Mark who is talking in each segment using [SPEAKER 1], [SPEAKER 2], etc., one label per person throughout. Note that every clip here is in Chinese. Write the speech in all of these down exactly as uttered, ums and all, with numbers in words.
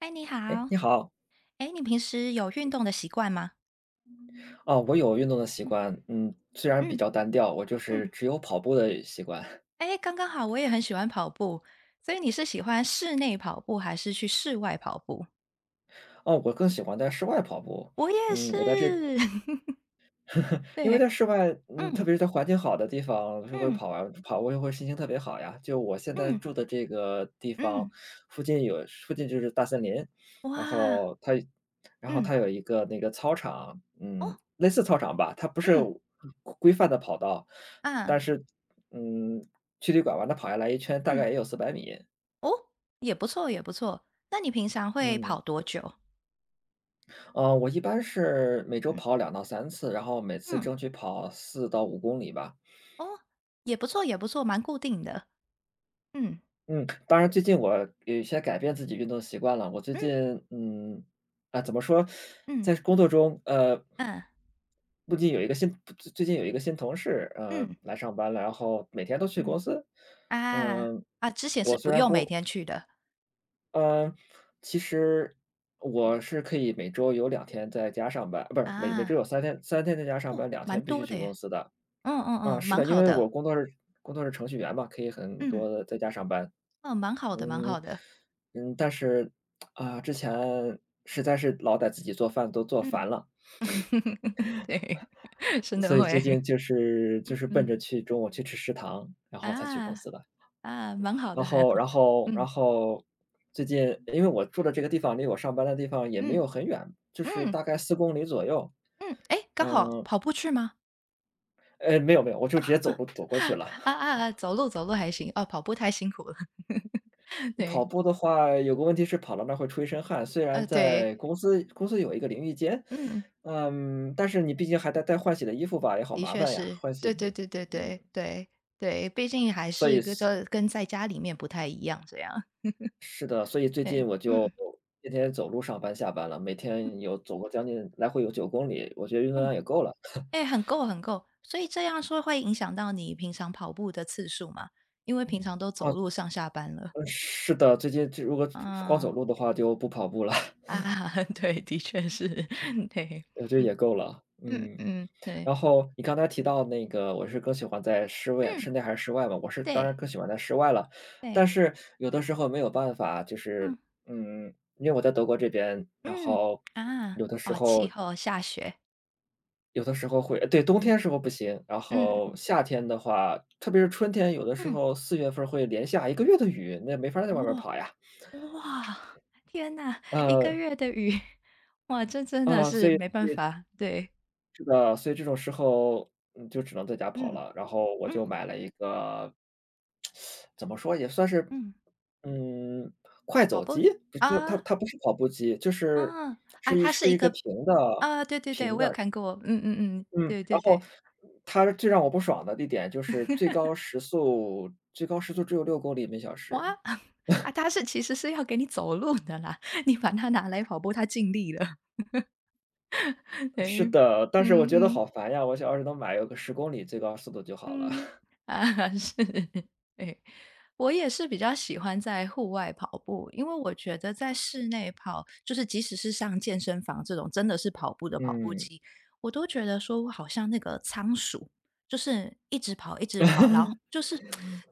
[SPEAKER 1] 嗨，你
[SPEAKER 2] 哎，
[SPEAKER 1] 好。
[SPEAKER 2] 你好。
[SPEAKER 1] 哎，你平时有运动的习惯吗？
[SPEAKER 2] 哦，我有运动的习惯，
[SPEAKER 1] 嗯
[SPEAKER 2] 嗯，虽然比
[SPEAKER 1] 嗯
[SPEAKER 2] 较单调，我就是
[SPEAKER 1] 嗯。
[SPEAKER 2] 只有跑步的习惯。
[SPEAKER 1] 哎，刚刚好，我也很喜欢跑步，所以你是喜欢室内跑步还是去室外跑步？
[SPEAKER 2] 哦，我更喜欢在室外跑步。
[SPEAKER 1] 我也
[SPEAKER 2] 嗯，
[SPEAKER 1] 是。
[SPEAKER 2] 我在这 因为在
[SPEAKER 1] 对，
[SPEAKER 2] 室外，嗯，特
[SPEAKER 1] 嗯
[SPEAKER 2] 别是在环境好的地方，就会
[SPEAKER 1] 嗯
[SPEAKER 2] 跑完跑过就会心情特别好呀。就我现在
[SPEAKER 1] 嗯
[SPEAKER 2] 住的这个地方，
[SPEAKER 1] 嗯，
[SPEAKER 2] 附近有附近就是大森林。然
[SPEAKER 1] 哇，
[SPEAKER 2] 后它然后
[SPEAKER 1] 嗯，
[SPEAKER 2] 它有一个那个操场，
[SPEAKER 1] 哦，
[SPEAKER 2] 嗯，类似操场吧，它不是
[SPEAKER 1] 嗯，
[SPEAKER 2] 嗯规范的跑道。但
[SPEAKER 1] 啊，
[SPEAKER 2] 是，嗯，距离拐弯的跑下来一圈大
[SPEAKER 1] 嗯，
[SPEAKER 2] 概也有四百米。
[SPEAKER 1] 哦，也不错也不错。那你平常会
[SPEAKER 2] 嗯，
[SPEAKER 1] 跑多久？
[SPEAKER 2] 呃，我一般是每周
[SPEAKER 1] 嗯
[SPEAKER 2] 跑两到三次，然后每次
[SPEAKER 1] 嗯，
[SPEAKER 2] 争取跑四到五公里吧。
[SPEAKER 1] 哦，也不错也不错，蛮固定的。嗯
[SPEAKER 2] 嗯，当然最近我有些改变自己运动习惯了。我最近，
[SPEAKER 1] 嗯
[SPEAKER 2] 嗯，啊，怎么说，
[SPEAKER 1] 嗯
[SPEAKER 2] 在工作中，呃，
[SPEAKER 1] 嗯
[SPEAKER 2] 不仅有一个新最最近有一个新同事，呃，
[SPEAKER 1] 嗯
[SPEAKER 2] 来上班了，然后每天都去公
[SPEAKER 1] 嗯。
[SPEAKER 2] 司。
[SPEAKER 1] 啊，
[SPEAKER 2] 嗯，
[SPEAKER 1] 啊，之前
[SPEAKER 2] 我
[SPEAKER 1] 是不
[SPEAKER 2] 虽然
[SPEAKER 1] 用每
[SPEAKER 2] 工
[SPEAKER 1] 天去的。
[SPEAKER 2] 嗯，其实
[SPEAKER 1] 嗯。
[SPEAKER 2] 我是可以每周有两天在家上班，不是，每每周
[SPEAKER 1] 啊，
[SPEAKER 2] 有三天三天在家上
[SPEAKER 1] 哦，
[SPEAKER 2] 班两
[SPEAKER 1] 蛮
[SPEAKER 2] 天必须
[SPEAKER 1] 多
[SPEAKER 2] 去
[SPEAKER 1] 的
[SPEAKER 2] 公
[SPEAKER 1] 耶。
[SPEAKER 2] 司的。
[SPEAKER 1] 嗯嗯
[SPEAKER 2] 啊，
[SPEAKER 1] 嗯，
[SPEAKER 2] 是
[SPEAKER 1] 蛮
[SPEAKER 2] 的，因
[SPEAKER 1] 好
[SPEAKER 2] 为我
[SPEAKER 1] 的。
[SPEAKER 2] 工作是工作是程序员嘛，可以很
[SPEAKER 1] 嗯，
[SPEAKER 2] 多地在家上班。
[SPEAKER 1] 哦，蛮好的蛮
[SPEAKER 2] 嗯，
[SPEAKER 1] 好的。
[SPEAKER 2] 嗯，但是，啊，之前实在是老在自己做饭都做
[SPEAKER 1] 嗯。
[SPEAKER 2] 烦了，
[SPEAKER 1] 对，真
[SPEAKER 2] 所
[SPEAKER 1] 的
[SPEAKER 2] 以最
[SPEAKER 1] 会。
[SPEAKER 2] 近就是就 是奔
[SPEAKER 1] 嗯，
[SPEAKER 2] 着去中午去吃食堂，然后才去公
[SPEAKER 1] 啊，
[SPEAKER 2] 司的。
[SPEAKER 1] 啊，蛮好
[SPEAKER 2] 然
[SPEAKER 1] 的蛮
[SPEAKER 2] 后
[SPEAKER 1] 好
[SPEAKER 2] 然
[SPEAKER 1] 的。
[SPEAKER 2] 后
[SPEAKER 1] 嗯，
[SPEAKER 2] 然后最近因为我住的这个地方离我上班的地方也没
[SPEAKER 1] 嗯，
[SPEAKER 2] 有很远，就是
[SPEAKER 1] 嗯，
[SPEAKER 2] 大概四公里左右。
[SPEAKER 1] 嗯，诶，刚好
[SPEAKER 2] 嗯，
[SPEAKER 1] 跑步去吗？
[SPEAKER 2] 哎，没有没有，我就直接走路走过去了。
[SPEAKER 1] 啊啊啊，走路走路还行，哦，跑步太辛苦了。
[SPEAKER 2] 跑
[SPEAKER 1] 对，
[SPEAKER 2] 步的话，有个问题是跑到那儿会出一身汗，虽然
[SPEAKER 1] 呃，对，
[SPEAKER 2] 在公司公司有一个淋浴间，
[SPEAKER 1] 嗯。
[SPEAKER 2] 嗯，但是你毕竟还得带换洗的衣服吧，也好
[SPEAKER 1] 的
[SPEAKER 2] 麻
[SPEAKER 1] 确
[SPEAKER 2] 烦呀，
[SPEAKER 1] 是，
[SPEAKER 2] 换洗
[SPEAKER 1] 对对
[SPEAKER 2] 的。
[SPEAKER 1] 对对
[SPEAKER 2] 嗯，
[SPEAKER 1] 对对对，毕竟还
[SPEAKER 2] 所以
[SPEAKER 1] 是跟
[SPEAKER 2] 是
[SPEAKER 1] 这跟在家里面不太一样这样。
[SPEAKER 2] 是的，所以最近
[SPEAKER 1] 对，
[SPEAKER 2] 我就
[SPEAKER 1] 嗯
[SPEAKER 2] 天天走路上班下班了，每
[SPEAKER 1] 嗯
[SPEAKER 2] 天有走过将近来回有九公里，我觉得运动
[SPEAKER 1] 嗯，
[SPEAKER 2] 量也够了。
[SPEAKER 1] 哎，很够很够。所以这样说会影响到你平常跑步的次数吗？因为平常都走
[SPEAKER 2] 啊，
[SPEAKER 1] 路上下班了。
[SPEAKER 2] 呃是的，最近这如果光
[SPEAKER 1] 嗯，
[SPEAKER 2] 走路的话就不跑步了。
[SPEAKER 1] 啊，对，的确是。对，
[SPEAKER 2] 我觉得也够了。
[SPEAKER 1] 嗯
[SPEAKER 2] 嗯。
[SPEAKER 1] 嗯，对，
[SPEAKER 2] 然后你刚才提到那个，我是更喜欢在室外
[SPEAKER 1] 嗯，
[SPEAKER 2] 室内还是室外嘛？我是当然
[SPEAKER 1] 对
[SPEAKER 2] 更喜欢在室外了，但
[SPEAKER 1] 对，
[SPEAKER 2] 是有的时候没有办法，就是
[SPEAKER 1] 嗯
[SPEAKER 2] 嗯，因为我在德国这边，然
[SPEAKER 1] 嗯，
[SPEAKER 2] 后
[SPEAKER 1] 啊，
[SPEAKER 2] 有的时
[SPEAKER 1] 哦，气
[SPEAKER 2] 候
[SPEAKER 1] 候下雪，
[SPEAKER 2] 有的时候会，对，冬
[SPEAKER 1] 嗯
[SPEAKER 2] 天时候不行，然
[SPEAKER 1] 嗯
[SPEAKER 2] 后
[SPEAKER 1] 嗯
[SPEAKER 2] 夏天的话，特别是春天，有的时
[SPEAKER 1] 嗯，
[SPEAKER 2] 候四月份儿会连下一个月的雨，那没法儿在外面儿
[SPEAKER 1] 哇。
[SPEAKER 2] 跑呀。
[SPEAKER 1] 哇，天呐一个
[SPEAKER 2] 呃，
[SPEAKER 1] 月的雨。哇，这真的
[SPEAKER 2] 啊，所
[SPEAKER 1] 是
[SPEAKER 2] 以
[SPEAKER 1] 没办法，对，
[SPEAKER 2] 是的，所以这种时候，嗯，就只能在家跑
[SPEAKER 1] 嗯，
[SPEAKER 2] 了。然后我就
[SPEAKER 1] 嗯，
[SPEAKER 2] 买了一个，怎么说也算是，
[SPEAKER 1] 嗯，
[SPEAKER 2] 嗯，快
[SPEAKER 1] 跑
[SPEAKER 2] 走
[SPEAKER 1] 步
[SPEAKER 2] 机，不是，它它
[SPEAKER 1] 啊，
[SPEAKER 2] 它不是跑步机，就是
[SPEAKER 1] 啊，
[SPEAKER 2] 是
[SPEAKER 1] 啊，
[SPEAKER 2] 一
[SPEAKER 1] 它是
[SPEAKER 2] 是
[SPEAKER 1] 一
[SPEAKER 2] 一个
[SPEAKER 1] 个
[SPEAKER 2] 平的
[SPEAKER 1] 啊，对对对，
[SPEAKER 2] 平
[SPEAKER 1] 我有
[SPEAKER 2] 的，
[SPEAKER 1] 看过，嗯嗯嗯，
[SPEAKER 2] 嗯。
[SPEAKER 1] 对
[SPEAKER 2] 然
[SPEAKER 1] 对
[SPEAKER 2] 后
[SPEAKER 1] 对。
[SPEAKER 2] 它最让我不爽的一点就是最高时速最高时速只有六公里每小
[SPEAKER 1] 哇。
[SPEAKER 2] 时。
[SPEAKER 1] 啊，它是其实是要给你走路的啦，你把它拿来跑步，它尽力了。
[SPEAKER 2] 是
[SPEAKER 1] 对，
[SPEAKER 2] 的，但是我
[SPEAKER 1] 嗯
[SPEAKER 2] 觉得好
[SPEAKER 1] 嗯
[SPEAKER 2] 烦呀，我想要是能买有个十公里最高速度就好了。
[SPEAKER 1] 嗯，啊，是。对。我也是比较喜欢在户外跑步，因为我觉得在室内跑，就是即使是上健身房这种真的是跑步的跑步
[SPEAKER 2] 嗯。
[SPEAKER 1] 机，我都觉得说我好像那个仓鼠，就是一直跑一直跑，然后就是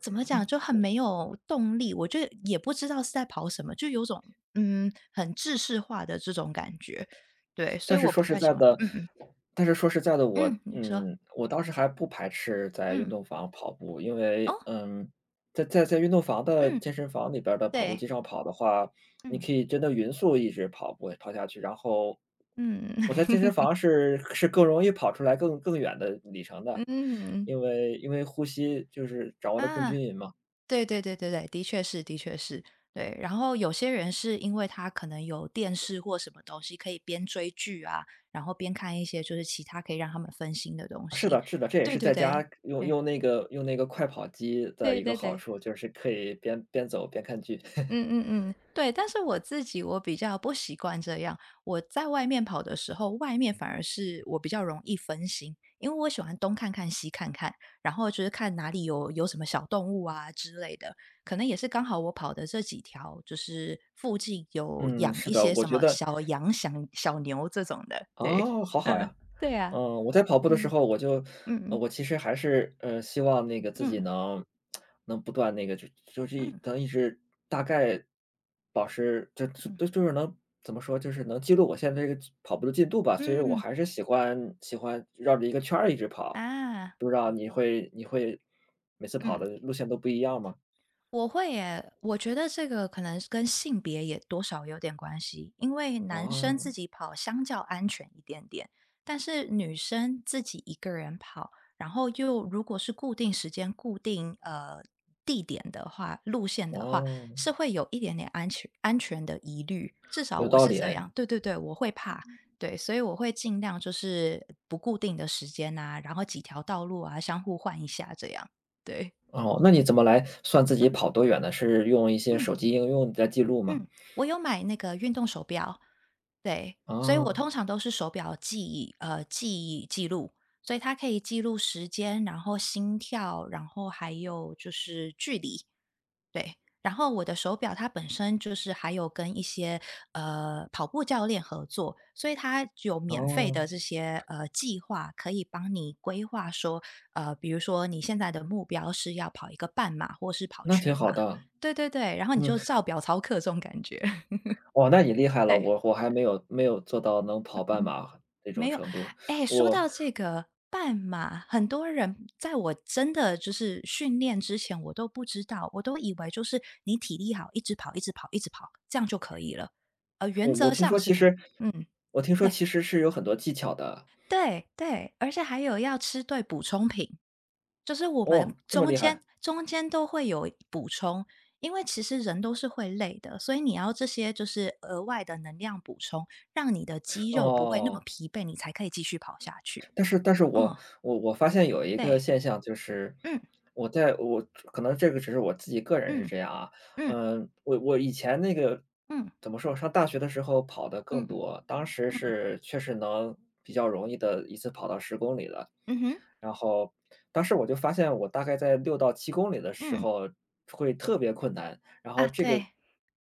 [SPEAKER 1] 怎么讲就很没有动力，我就也不知道是在跑什么，就有种嗯很制式化的这种感觉，对，所
[SPEAKER 2] 但
[SPEAKER 1] 以
[SPEAKER 2] 是
[SPEAKER 1] 我
[SPEAKER 2] 说
[SPEAKER 1] 不
[SPEAKER 2] 实
[SPEAKER 1] 太
[SPEAKER 2] 在
[SPEAKER 1] 喜欢。
[SPEAKER 2] 的
[SPEAKER 1] 嗯嗯
[SPEAKER 2] 但是说实在的，我
[SPEAKER 1] 嗯，你说，
[SPEAKER 2] 嗯，我当时还不排斥在运
[SPEAKER 1] 嗯
[SPEAKER 2] 动房跑步，因为，
[SPEAKER 1] 哦
[SPEAKER 2] 嗯，在在在运动房的
[SPEAKER 1] 嗯
[SPEAKER 2] 健身房里边儿的跑步
[SPEAKER 1] 对，
[SPEAKER 2] 机上跑的话，你
[SPEAKER 1] 嗯
[SPEAKER 2] 可以真的匀速一直跑步跑下去，然后
[SPEAKER 1] 嗯
[SPEAKER 2] 我在健身房是是更容易跑出来更更远的里程 的，
[SPEAKER 1] 嗯
[SPEAKER 2] 因为因为呼吸就是掌握的更均
[SPEAKER 1] 啊。
[SPEAKER 2] 匀嘛。
[SPEAKER 1] 对对对对对，的确是的确是。对，然后有些人是因为他可能有电视或什么东西，可以边追剧啊，然后边看一些就是其他可以让他们分心的东
[SPEAKER 2] 是
[SPEAKER 1] 西。
[SPEAKER 2] 的是的，这也
[SPEAKER 1] 对
[SPEAKER 2] 是
[SPEAKER 1] 对
[SPEAKER 2] 在
[SPEAKER 1] 对，
[SPEAKER 2] 家用
[SPEAKER 1] 对，
[SPEAKER 2] 用那个用那个快跑机的
[SPEAKER 1] 对
[SPEAKER 2] 一个
[SPEAKER 1] 对
[SPEAKER 2] 好
[SPEAKER 1] 对。
[SPEAKER 2] 处，就是可以边边走边看剧。
[SPEAKER 1] 嗯嗯嗯，对，但是我自己我比较不习惯这样。我在外面跑的时候，外面反而是我比较容易分心，因为我喜欢东看看西看看，然后就是看哪里有有什么小动物啊之类的。可能也是刚好我跑的这几条，就是附近有
[SPEAKER 2] 嗯，
[SPEAKER 1] 养
[SPEAKER 2] 是
[SPEAKER 1] 一
[SPEAKER 2] 的，
[SPEAKER 1] 些
[SPEAKER 2] 我
[SPEAKER 1] 什
[SPEAKER 2] 觉
[SPEAKER 1] 么
[SPEAKER 2] 得
[SPEAKER 1] 小羊、小小牛这种的。对，
[SPEAKER 2] 哦，好好
[SPEAKER 1] 嗯，
[SPEAKER 2] 呀。
[SPEAKER 1] 对啊，
[SPEAKER 2] 嗯，我在跑步的时
[SPEAKER 1] 嗯
[SPEAKER 2] 候，我就
[SPEAKER 1] 嗯
[SPEAKER 2] 呃
[SPEAKER 1] 嗯
[SPEAKER 2] 我其实还是，呃，希望那个自己
[SPEAKER 1] 嗯
[SPEAKER 2] 能能不断那个就就是一
[SPEAKER 1] 嗯
[SPEAKER 2] 能一直大概保持就就就是能怎么说，就是能记录我现在这个跑步的进度吧，所以
[SPEAKER 1] 嗯
[SPEAKER 2] 我
[SPEAKER 1] 嗯
[SPEAKER 2] 还是喜欢喜欢绕着一个圈儿一直跑。
[SPEAKER 1] 啊，
[SPEAKER 2] 不知道你会你会每次跑
[SPEAKER 1] 嗯。
[SPEAKER 2] 的路线都不一样吗？
[SPEAKER 1] 我会耶，我觉得这个可能是跟性别也多少有点关系，因为男生
[SPEAKER 2] 哦。
[SPEAKER 1] 自己跑相较安全一点点，但是女生自己一个人跑，然后又如果是固定时间、固定呃地点的话、路线的话，
[SPEAKER 2] 哦，
[SPEAKER 1] 是会有一点点安全安全的疑虑，至少
[SPEAKER 2] 有
[SPEAKER 1] 我
[SPEAKER 2] 道
[SPEAKER 1] 是
[SPEAKER 2] 理
[SPEAKER 1] 这
[SPEAKER 2] 哎。
[SPEAKER 1] 样。对对对，我会怕，对，所以我会尽量就是不固定的时间啊，然后几条道路啊，相互换一下这样。对，
[SPEAKER 2] 哦，那你怎么来算自己
[SPEAKER 1] 嗯
[SPEAKER 2] 跑多远呢？是用一些
[SPEAKER 1] 嗯。
[SPEAKER 2] 手机应用在记录吗？
[SPEAKER 1] 嗯，我有买那个运动手表，对，所以我
[SPEAKER 2] 啊，
[SPEAKER 1] 通常都是手表记呃，记记录，所以它可以记录时间，然后心跳，然后还有就是距离，对。然后我的手表它本身就是还有跟一些呃跑步教练合作，所以它有免费
[SPEAKER 2] 哦，
[SPEAKER 1] 的这些呃计划，可以帮你规划说，呃，比如说你现在的目标是要跑一个半马或是跑
[SPEAKER 2] 那挺
[SPEAKER 1] 全
[SPEAKER 2] 好
[SPEAKER 1] 马。
[SPEAKER 2] 的。
[SPEAKER 1] 对对对，然后你
[SPEAKER 2] 嗯，
[SPEAKER 1] 就照表操课这种感觉。
[SPEAKER 2] 哦，那你厉害了，
[SPEAKER 1] 对，
[SPEAKER 2] 我我还没有没有做到能跑半
[SPEAKER 1] 嗯，
[SPEAKER 2] 马这种
[SPEAKER 1] 没有。
[SPEAKER 2] 程度。
[SPEAKER 1] 哎，说
[SPEAKER 2] 我
[SPEAKER 1] 到这个半马，很多人在我真的就是训练之前，我都不知道，我都以为就是你体力好，一直跑，一直跑，一直跑，这样就可以了。呃，原
[SPEAKER 2] 我我
[SPEAKER 1] 则
[SPEAKER 2] 听说
[SPEAKER 1] 上是
[SPEAKER 2] 其
[SPEAKER 1] 可以，
[SPEAKER 2] 实
[SPEAKER 1] 嗯，
[SPEAKER 2] 我听说
[SPEAKER 1] 对
[SPEAKER 2] 其实是有很多技巧的。
[SPEAKER 1] 对对，而且还有要吃对补充品，就是我们
[SPEAKER 2] 哦，这么
[SPEAKER 1] 中
[SPEAKER 2] 厉害。
[SPEAKER 1] 间中间都会有补充，因为其实人都是会累的，所以你要这些就是额外的能量补充，让你的肌肉不会那么
[SPEAKER 2] 哦。
[SPEAKER 1] 疲惫，你才可以继续跑下去。
[SPEAKER 2] 但是但是我
[SPEAKER 1] 嗯，
[SPEAKER 2] 我我发现有一个
[SPEAKER 1] 对，
[SPEAKER 2] 现象，就是
[SPEAKER 1] 嗯
[SPEAKER 2] 我在我可能这个只是我自己个人是
[SPEAKER 1] 嗯
[SPEAKER 2] 这样啊。
[SPEAKER 1] 嗯
[SPEAKER 2] 嗯，我我以前那个
[SPEAKER 1] 嗯
[SPEAKER 2] 怎么说，上大学的时候跑得更
[SPEAKER 1] 嗯
[SPEAKER 2] 多，当时
[SPEAKER 1] 嗯
[SPEAKER 2] 是确实能比较容易的一次跑到十公里了，
[SPEAKER 1] 嗯哼，
[SPEAKER 2] 然后当时我就发现我大概在六到七公里的时
[SPEAKER 1] 嗯
[SPEAKER 2] 候会特别困难，然
[SPEAKER 1] 啊，
[SPEAKER 2] 后这个
[SPEAKER 1] 对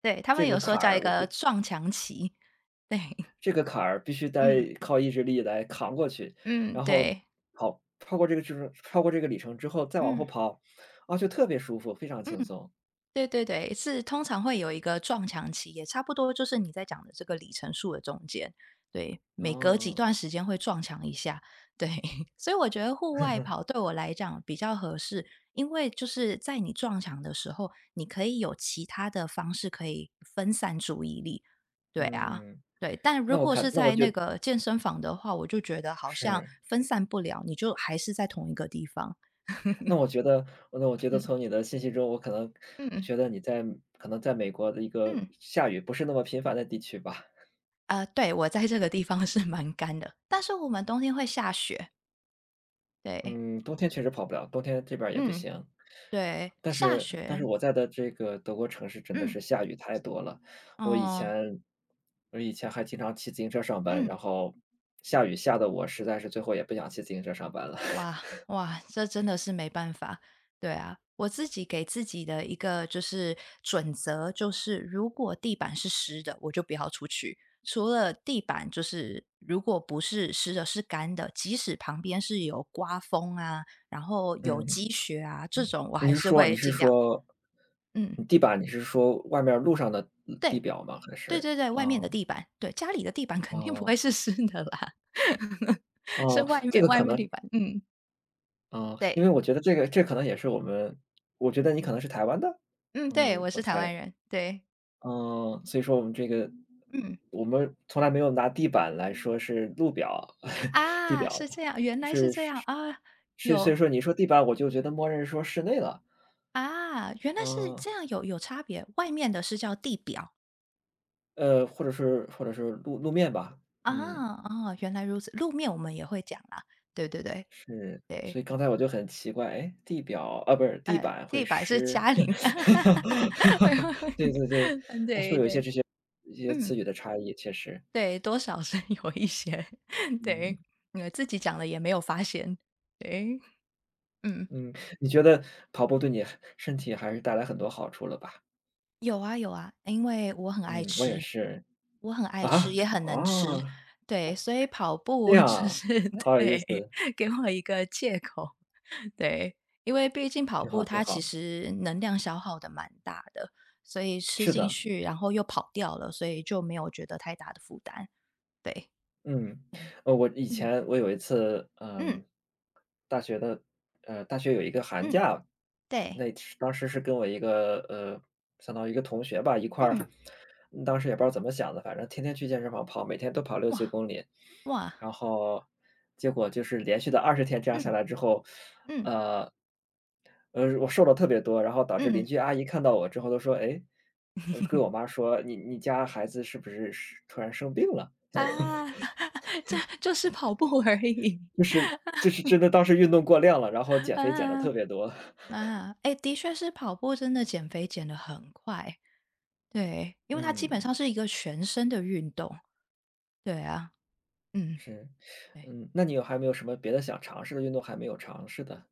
[SPEAKER 1] 对，他
[SPEAKER 2] 这
[SPEAKER 1] 们
[SPEAKER 2] 个
[SPEAKER 1] 有说
[SPEAKER 2] 坎
[SPEAKER 1] 叫一
[SPEAKER 2] 儿我就
[SPEAKER 1] 个撞墙期，对，
[SPEAKER 2] 这个坎儿必须
[SPEAKER 1] 嗯
[SPEAKER 2] 得靠意志力来扛过去，
[SPEAKER 1] 嗯
[SPEAKER 2] 然后
[SPEAKER 1] 对，
[SPEAKER 2] 跑超过这个制程超过这个里程之后再往后
[SPEAKER 1] 嗯
[SPEAKER 2] 跑，啊，就特别舒服，非常
[SPEAKER 1] 嗯。
[SPEAKER 2] 轻松。
[SPEAKER 1] 对对对，是通常会有一个撞墙期，也差不多就是你在讲的这个里程数的中间。对，每隔几
[SPEAKER 2] 哦。
[SPEAKER 1] 段时间会撞墙一下，对。所以我觉得户外跑 对我来讲比较合适，因为就是在你撞墙的时候，你可以有其他的方式可以分散注意力。对啊，
[SPEAKER 2] 嗯，
[SPEAKER 1] 对，但如
[SPEAKER 2] 那我
[SPEAKER 1] 果
[SPEAKER 2] 看
[SPEAKER 1] 是
[SPEAKER 2] 那我
[SPEAKER 1] 在
[SPEAKER 2] 觉
[SPEAKER 1] 那
[SPEAKER 2] 得
[SPEAKER 1] 个健身房的话，我就觉得好像
[SPEAKER 2] 是，
[SPEAKER 1] 分散不了，你就还是在同一个地方。
[SPEAKER 2] 那我觉得那我觉得
[SPEAKER 1] 嗯
[SPEAKER 2] 从你的信息中，我可能
[SPEAKER 1] 嗯
[SPEAKER 2] 觉得你在可能在美国的一个
[SPEAKER 1] 嗯。
[SPEAKER 2] 下雨不是那么频繁的地区吧。
[SPEAKER 1] 呃，对，我在这个地方是蛮干的，但是我们冬天会下雪。对，
[SPEAKER 2] 嗯，冬天确实跑不了，冬天这边儿也不
[SPEAKER 1] 嗯，
[SPEAKER 2] 行。
[SPEAKER 1] 对，
[SPEAKER 2] 但
[SPEAKER 1] 下
[SPEAKER 2] 是但是
[SPEAKER 1] 雪，
[SPEAKER 2] 我在的这个德国城市真的
[SPEAKER 1] 嗯，
[SPEAKER 2] 是下雨太多了。我以
[SPEAKER 1] 哦，
[SPEAKER 2] 前我以前还经常骑自行车上班，
[SPEAKER 1] 嗯，
[SPEAKER 2] 然后下雨下的我实在是最后也不想骑自行车上班了。
[SPEAKER 1] 哇哇，这真的是没办法。对啊，我自己给自己的一个就是准则，就是如果地板是湿的，我就不要出去。除了地板，就是如果不是湿的，是干的，即使旁边是有刮风啊，然后有
[SPEAKER 2] 嗯，
[SPEAKER 1] 积雪啊，这种我
[SPEAKER 2] 你
[SPEAKER 1] 还
[SPEAKER 2] 是
[SPEAKER 1] 是
[SPEAKER 2] 说你
[SPEAKER 1] 会
[SPEAKER 2] 是
[SPEAKER 1] 尽量。
[SPEAKER 2] 说
[SPEAKER 1] 嗯，
[SPEAKER 2] 你地板，你是说外面路上的嗯地
[SPEAKER 1] 对，
[SPEAKER 2] 表吗？还
[SPEAKER 1] 对
[SPEAKER 2] 是？
[SPEAKER 1] 对对，
[SPEAKER 2] 啊
[SPEAKER 1] 外面的地板，对，家里的地板肯定不
[SPEAKER 2] 哦，
[SPEAKER 1] 会是湿的啦。是
[SPEAKER 2] 哦，
[SPEAKER 1] 外
[SPEAKER 2] 这
[SPEAKER 1] 面
[SPEAKER 2] 个
[SPEAKER 1] 外
[SPEAKER 2] 可
[SPEAKER 1] 面
[SPEAKER 2] 能。
[SPEAKER 1] 地板，嗯，
[SPEAKER 2] 啊，因为
[SPEAKER 1] 对，
[SPEAKER 2] 我觉得这个这可能也是我们我觉得你可能是台湾的？
[SPEAKER 1] 嗯，对，
[SPEAKER 2] 嗯，
[SPEAKER 1] 我
[SPEAKER 2] 我
[SPEAKER 1] 是台
[SPEAKER 2] 猜。
[SPEAKER 1] 湾人，对，
[SPEAKER 2] 嗯，所以说我们这个
[SPEAKER 1] 嗯，
[SPEAKER 2] 我们从来没有拿地板来说是路表 地
[SPEAKER 1] 啊，
[SPEAKER 2] 表。
[SPEAKER 1] 是这样，原来是
[SPEAKER 2] 是
[SPEAKER 1] 这
[SPEAKER 2] 是
[SPEAKER 1] 样啊，
[SPEAKER 2] 是。所以
[SPEAKER 1] 有
[SPEAKER 2] 说你说地板，我就觉得默认说室内了。
[SPEAKER 1] 啊，原来是
[SPEAKER 2] 嗯，
[SPEAKER 1] 这样，有有差别，外面的是叫地表
[SPEAKER 2] 呃，或者是或者是路路面吧。
[SPEAKER 1] 啊
[SPEAKER 2] 嗯，
[SPEAKER 1] 啊，原来如此，路面我们也会讲啦，对对对
[SPEAKER 2] 所
[SPEAKER 1] 对，
[SPEAKER 2] 以刚才我就很奇怪，哎，地表啊，不是，地
[SPEAKER 1] 呃，
[SPEAKER 2] 板会
[SPEAKER 1] 地板是
[SPEAKER 2] 湿。
[SPEAKER 1] 家里面，会会 会，
[SPEAKER 2] 对对对，
[SPEAKER 1] 嗯，对对，
[SPEAKER 2] 一些
[SPEAKER 1] 嗯。
[SPEAKER 2] 词语的差异，确实。
[SPEAKER 1] 对，多少是 有一些。
[SPEAKER 2] 嗯，
[SPEAKER 1] 对，呃，自己讲了也没有发现，对，嗯，
[SPEAKER 2] 嗯，你觉得跑步对你身体还是带来很多好处了吧？
[SPEAKER 1] 有啊有啊，因为我很爱
[SPEAKER 2] 嗯，我也
[SPEAKER 1] 吃，
[SPEAKER 2] 是。
[SPEAKER 1] 我很爱吃，
[SPEAKER 2] 啊？
[SPEAKER 1] 也很能
[SPEAKER 2] 哦，
[SPEAKER 1] 吃，对，所以跑
[SPEAKER 2] 这
[SPEAKER 1] 步
[SPEAKER 2] 样
[SPEAKER 1] 就
[SPEAKER 2] 啊，
[SPEAKER 1] 是
[SPEAKER 2] 好有意
[SPEAKER 1] 对，
[SPEAKER 2] 思，
[SPEAKER 1] 给我一个借口，对，因为毕竟跑
[SPEAKER 2] 挺好
[SPEAKER 1] 步
[SPEAKER 2] 挺
[SPEAKER 1] 它
[SPEAKER 2] 好。
[SPEAKER 1] 其实能量消耗的蛮大的，所以吃
[SPEAKER 2] 是
[SPEAKER 1] 进
[SPEAKER 2] 的。
[SPEAKER 1] 去然后又跑掉了，所以就没有觉得太大的负担，对，
[SPEAKER 2] 嗯，
[SPEAKER 1] 对，
[SPEAKER 2] 呃，我以
[SPEAKER 1] 嗯
[SPEAKER 2] 前我有一次，
[SPEAKER 1] 嗯
[SPEAKER 2] 嗯，大学的，呃，大学有一个寒
[SPEAKER 1] 嗯，
[SPEAKER 2] 假，
[SPEAKER 1] 对，
[SPEAKER 2] 那是当时是跟我一个，呃，相当于一个同学吧，一块儿。
[SPEAKER 1] 嗯，
[SPEAKER 2] 嗯当时也不知道怎么想的，反正天天去健身房跑，每天都跑六
[SPEAKER 1] 哇。
[SPEAKER 2] 七公里，
[SPEAKER 1] 哇。
[SPEAKER 2] 然后结果就是连续的二十天这样下
[SPEAKER 1] 嗯，
[SPEAKER 2] 来之后，
[SPEAKER 1] 嗯，
[SPEAKER 2] 呃，呃，我瘦了特别多，然后导致邻
[SPEAKER 1] 嗯，
[SPEAKER 2] 居阿姨看到我之后都说，哎，呃跟我妈说，你你家孩子是不是是突然生病了？
[SPEAKER 1] 啊。这就是跑步而已。
[SPEAKER 2] 就是真的当时运动过量了，然后减肥减的
[SPEAKER 1] 啊，
[SPEAKER 2] 特别多。
[SPEAKER 1] 啊，哎，的确是跑步真的减肥减得很快，对，因为它基本
[SPEAKER 2] 嗯，
[SPEAKER 1] 上是一个全身的运动，对啊，嗯，
[SPEAKER 2] 是。
[SPEAKER 1] 对。
[SPEAKER 2] 嗯，那你有还没有什么别的想尝试的运动还没有尝试的？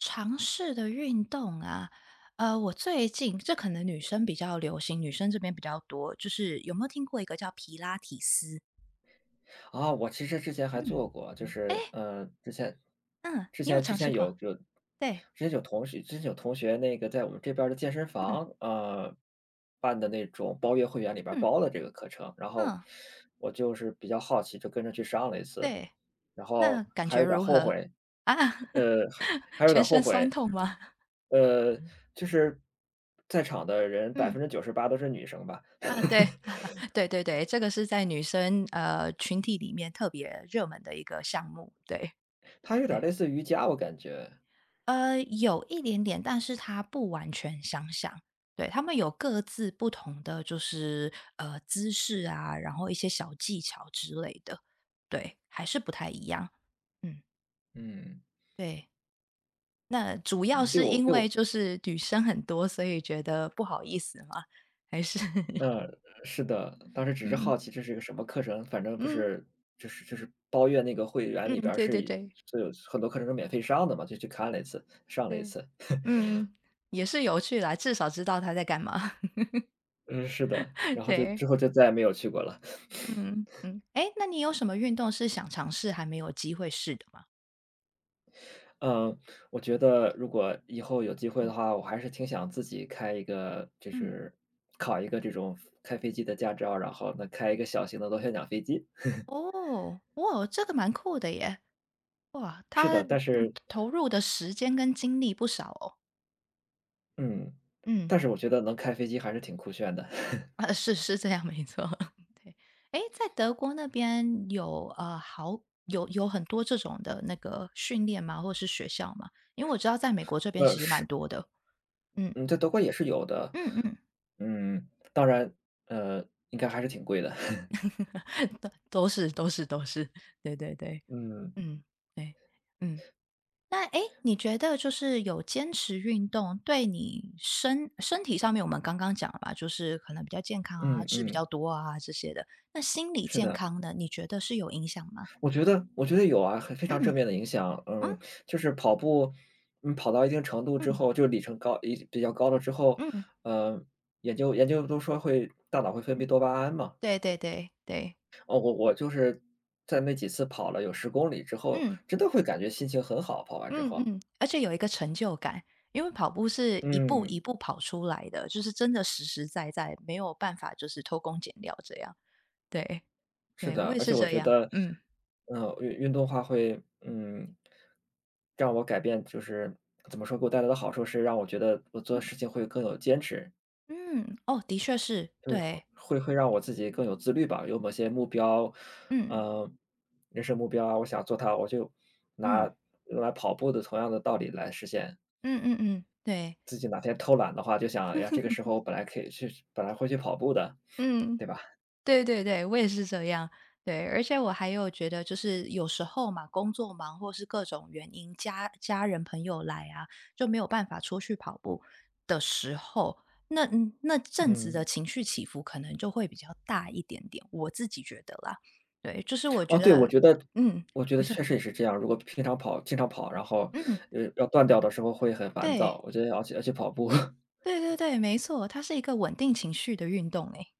[SPEAKER 1] 尝试的运动啊，呃，我最近这可能女生比较流行，女生这边比较多，就是有没有听过一个叫皮拉提斯？
[SPEAKER 2] 啊，我其实之前还
[SPEAKER 1] 嗯，
[SPEAKER 2] 做过，就是，
[SPEAKER 1] 哎，
[SPEAKER 2] 呃，之前
[SPEAKER 1] 嗯，
[SPEAKER 2] 之
[SPEAKER 1] 你有
[SPEAKER 2] 前之
[SPEAKER 1] 尝试
[SPEAKER 2] 前有
[SPEAKER 1] 过？
[SPEAKER 2] 有
[SPEAKER 1] 对，
[SPEAKER 2] 之前有同学之前有同学那个在我们这边儿的健身
[SPEAKER 1] 嗯，
[SPEAKER 2] 房，呃，办的那种包月会员里边儿
[SPEAKER 1] 嗯，
[SPEAKER 2] 包了这个课程，然后
[SPEAKER 1] 嗯，
[SPEAKER 2] 我就是比较好奇，就跟着去上了一次，
[SPEAKER 1] 对。
[SPEAKER 2] 然
[SPEAKER 1] 那
[SPEAKER 2] 后
[SPEAKER 1] 感
[SPEAKER 2] 还
[SPEAKER 1] 觉
[SPEAKER 2] 有点儿
[SPEAKER 1] 如
[SPEAKER 2] 后
[SPEAKER 1] 何？
[SPEAKER 2] 悔，
[SPEAKER 1] 啊，
[SPEAKER 2] 呃，还还 有点
[SPEAKER 1] 全
[SPEAKER 2] 儿后
[SPEAKER 1] 身酸
[SPEAKER 2] 悔，
[SPEAKER 1] 痛吗？
[SPEAKER 2] 呃，就是在场的人百
[SPEAKER 1] 嗯，
[SPEAKER 2] 分之九十八都是女生吧，
[SPEAKER 1] 啊，对，对对对，这个是在女生，呃，群体里面特别热门的一个项目，对，
[SPEAKER 2] 它有点儿
[SPEAKER 1] 对。
[SPEAKER 2] 类似瑜伽我感觉。
[SPEAKER 1] 呃，有一点点，但是它不完全相像。对，他们有各自不同的就是，呃，姿势啊，然后一些小技巧之类的，对，还是不太一样。嗯，
[SPEAKER 2] 嗯，
[SPEAKER 1] 对。那主要
[SPEAKER 2] 嗯，对
[SPEAKER 1] 是
[SPEAKER 2] 我
[SPEAKER 1] 因
[SPEAKER 2] 对我
[SPEAKER 1] 为就是女生很多，所以觉得不好意思吗？还是
[SPEAKER 2] 嗯，是的，当时只是好
[SPEAKER 1] 嗯，
[SPEAKER 2] 奇这是一个什么课程，反正不
[SPEAKER 1] 嗯，
[SPEAKER 2] 是就是就是包月那个会员里
[SPEAKER 1] 嗯，
[SPEAKER 2] 边儿
[SPEAKER 1] 对
[SPEAKER 2] 是
[SPEAKER 1] 对
[SPEAKER 2] 以
[SPEAKER 1] 对，
[SPEAKER 2] 就有很多课程是免费上的嘛，就去看了一次，上了一
[SPEAKER 1] 对，
[SPEAKER 2] 次。
[SPEAKER 1] 嗯，也是有趣啦，至少知道他在干嘛。
[SPEAKER 2] 嗯，是的，然 后就
[SPEAKER 1] 对，
[SPEAKER 2] 之后就再也没有去过了。
[SPEAKER 1] 嗯，嗯。诶，那你有什么运动是想尝试还没有机会试的吗？
[SPEAKER 2] 嗯，我觉得如果以后有机会的
[SPEAKER 1] 嗯，
[SPEAKER 2] 话，我还是挺想自己开一个就
[SPEAKER 1] 嗯，
[SPEAKER 2] 是考一个这种开飞机的驾照，然后呢，开一个小型的螺旋桨飞机。
[SPEAKER 1] 哦，哇，这个蛮酷的耶。哇，
[SPEAKER 2] 是
[SPEAKER 1] 他
[SPEAKER 2] 的，但
[SPEAKER 1] 嗯
[SPEAKER 2] 是
[SPEAKER 1] 投入的时间跟精力不少哦。
[SPEAKER 2] 嗯，
[SPEAKER 1] 嗯。
[SPEAKER 2] 但是我觉得能开飞机还是挺酷炫的。
[SPEAKER 1] 啊，是是这样，没错。对，哎，在德国那边有呃，好有有很多这种的那个训练吗？或者是学校吗？因为我知道在美国这边
[SPEAKER 2] 呃，
[SPEAKER 1] 其实蛮
[SPEAKER 2] 是。
[SPEAKER 1] 多的。嗯
[SPEAKER 2] 嗯，在德国也是有的。
[SPEAKER 1] 嗯嗯，
[SPEAKER 2] 嗯，当然，呃，应该还是挺贵的。
[SPEAKER 1] 都都是都是都是，对对对，
[SPEAKER 2] 嗯，
[SPEAKER 1] 嗯，对，嗯。那哎诶，你觉得就是有坚持运动对你身身体上面，我们刚刚讲了吧，就是可能比较健康啊，
[SPEAKER 2] 嗯
[SPEAKER 1] 吃比较
[SPEAKER 2] 嗯，
[SPEAKER 1] 多啊这些的。那心理
[SPEAKER 2] 是
[SPEAKER 1] 健
[SPEAKER 2] 的。
[SPEAKER 1] 康呢，你觉得是有影响吗？
[SPEAKER 2] 我觉得我觉得有啊，很非常正
[SPEAKER 1] 嗯
[SPEAKER 2] 面的影响。嗯，
[SPEAKER 1] 嗯。
[SPEAKER 2] 就是跑步，嗯，跑到一定程度之
[SPEAKER 1] 嗯
[SPEAKER 2] 后，就是里程高一比较高了之后，
[SPEAKER 1] 嗯，
[SPEAKER 2] 呃，研究研究都说会大脑会分泌多巴胺嘛。
[SPEAKER 1] 对对对对，
[SPEAKER 2] 哦，我我就是在那几次跑了有十公里之后，
[SPEAKER 1] 嗯
[SPEAKER 2] 真的会感觉心情很好，跑完之
[SPEAKER 1] 嗯
[SPEAKER 2] 后。
[SPEAKER 1] 嗯，而且有一个成就感，因为跑步是一步
[SPEAKER 2] 嗯，
[SPEAKER 1] 一步跑出来的，就是真的实实在在，没有办法就是偷工减料这样。对
[SPEAKER 2] 是
[SPEAKER 1] 对，
[SPEAKER 2] 的，
[SPEAKER 1] 我也
[SPEAKER 2] 而
[SPEAKER 1] 是
[SPEAKER 2] 且我
[SPEAKER 1] 这
[SPEAKER 2] 觉
[SPEAKER 1] 样。
[SPEAKER 2] 得，
[SPEAKER 1] 嗯
[SPEAKER 2] 嗯，运运动化会，嗯，让我改变就是怎么说，给我带来的好处是让我觉得我做
[SPEAKER 1] 嗯
[SPEAKER 2] 事情会更有坚持。
[SPEAKER 1] 嗯，哦，的确是，
[SPEAKER 2] 对，会
[SPEAKER 1] 对，
[SPEAKER 2] 会会让我自己更有自律吧，有某些目标，
[SPEAKER 1] 嗯
[SPEAKER 2] 呃，人生目标啊，我想做它，我就
[SPEAKER 1] 嗯
[SPEAKER 2] 拿用来跑步的同样的道理来实现。
[SPEAKER 1] 嗯嗯嗯，对，
[SPEAKER 2] 自己哪天偷懒的话，就想，哎呀，这个时候本来可以去，本来会去跑步的，
[SPEAKER 1] 嗯。
[SPEAKER 2] 对吧？
[SPEAKER 1] 对对对，我也是这样。对，而且我还有觉得，就是有时候嘛，工作忙或是各种原因，家家人朋友来啊，就没有办法出去跑步的时候，那嗯那阵子
[SPEAKER 2] 嗯，
[SPEAKER 1] 的情绪起伏可能就会比较大一点点，我自己觉得啦。对，就是我觉
[SPEAKER 2] 哦，对，我
[SPEAKER 1] 得，
[SPEAKER 2] 觉得，
[SPEAKER 1] 嗯，
[SPEAKER 2] 我觉得
[SPEAKER 1] 你说，
[SPEAKER 2] 确实也是这样。如果平常跑，经常跑，然后
[SPEAKER 1] 嗯，
[SPEAKER 2] 呃要断掉的时候会很烦躁，
[SPEAKER 1] 对，
[SPEAKER 2] 我觉得要去要去跑步。
[SPEAKER 1] 对对对，没错，它是一个稳定情绪的运动诶。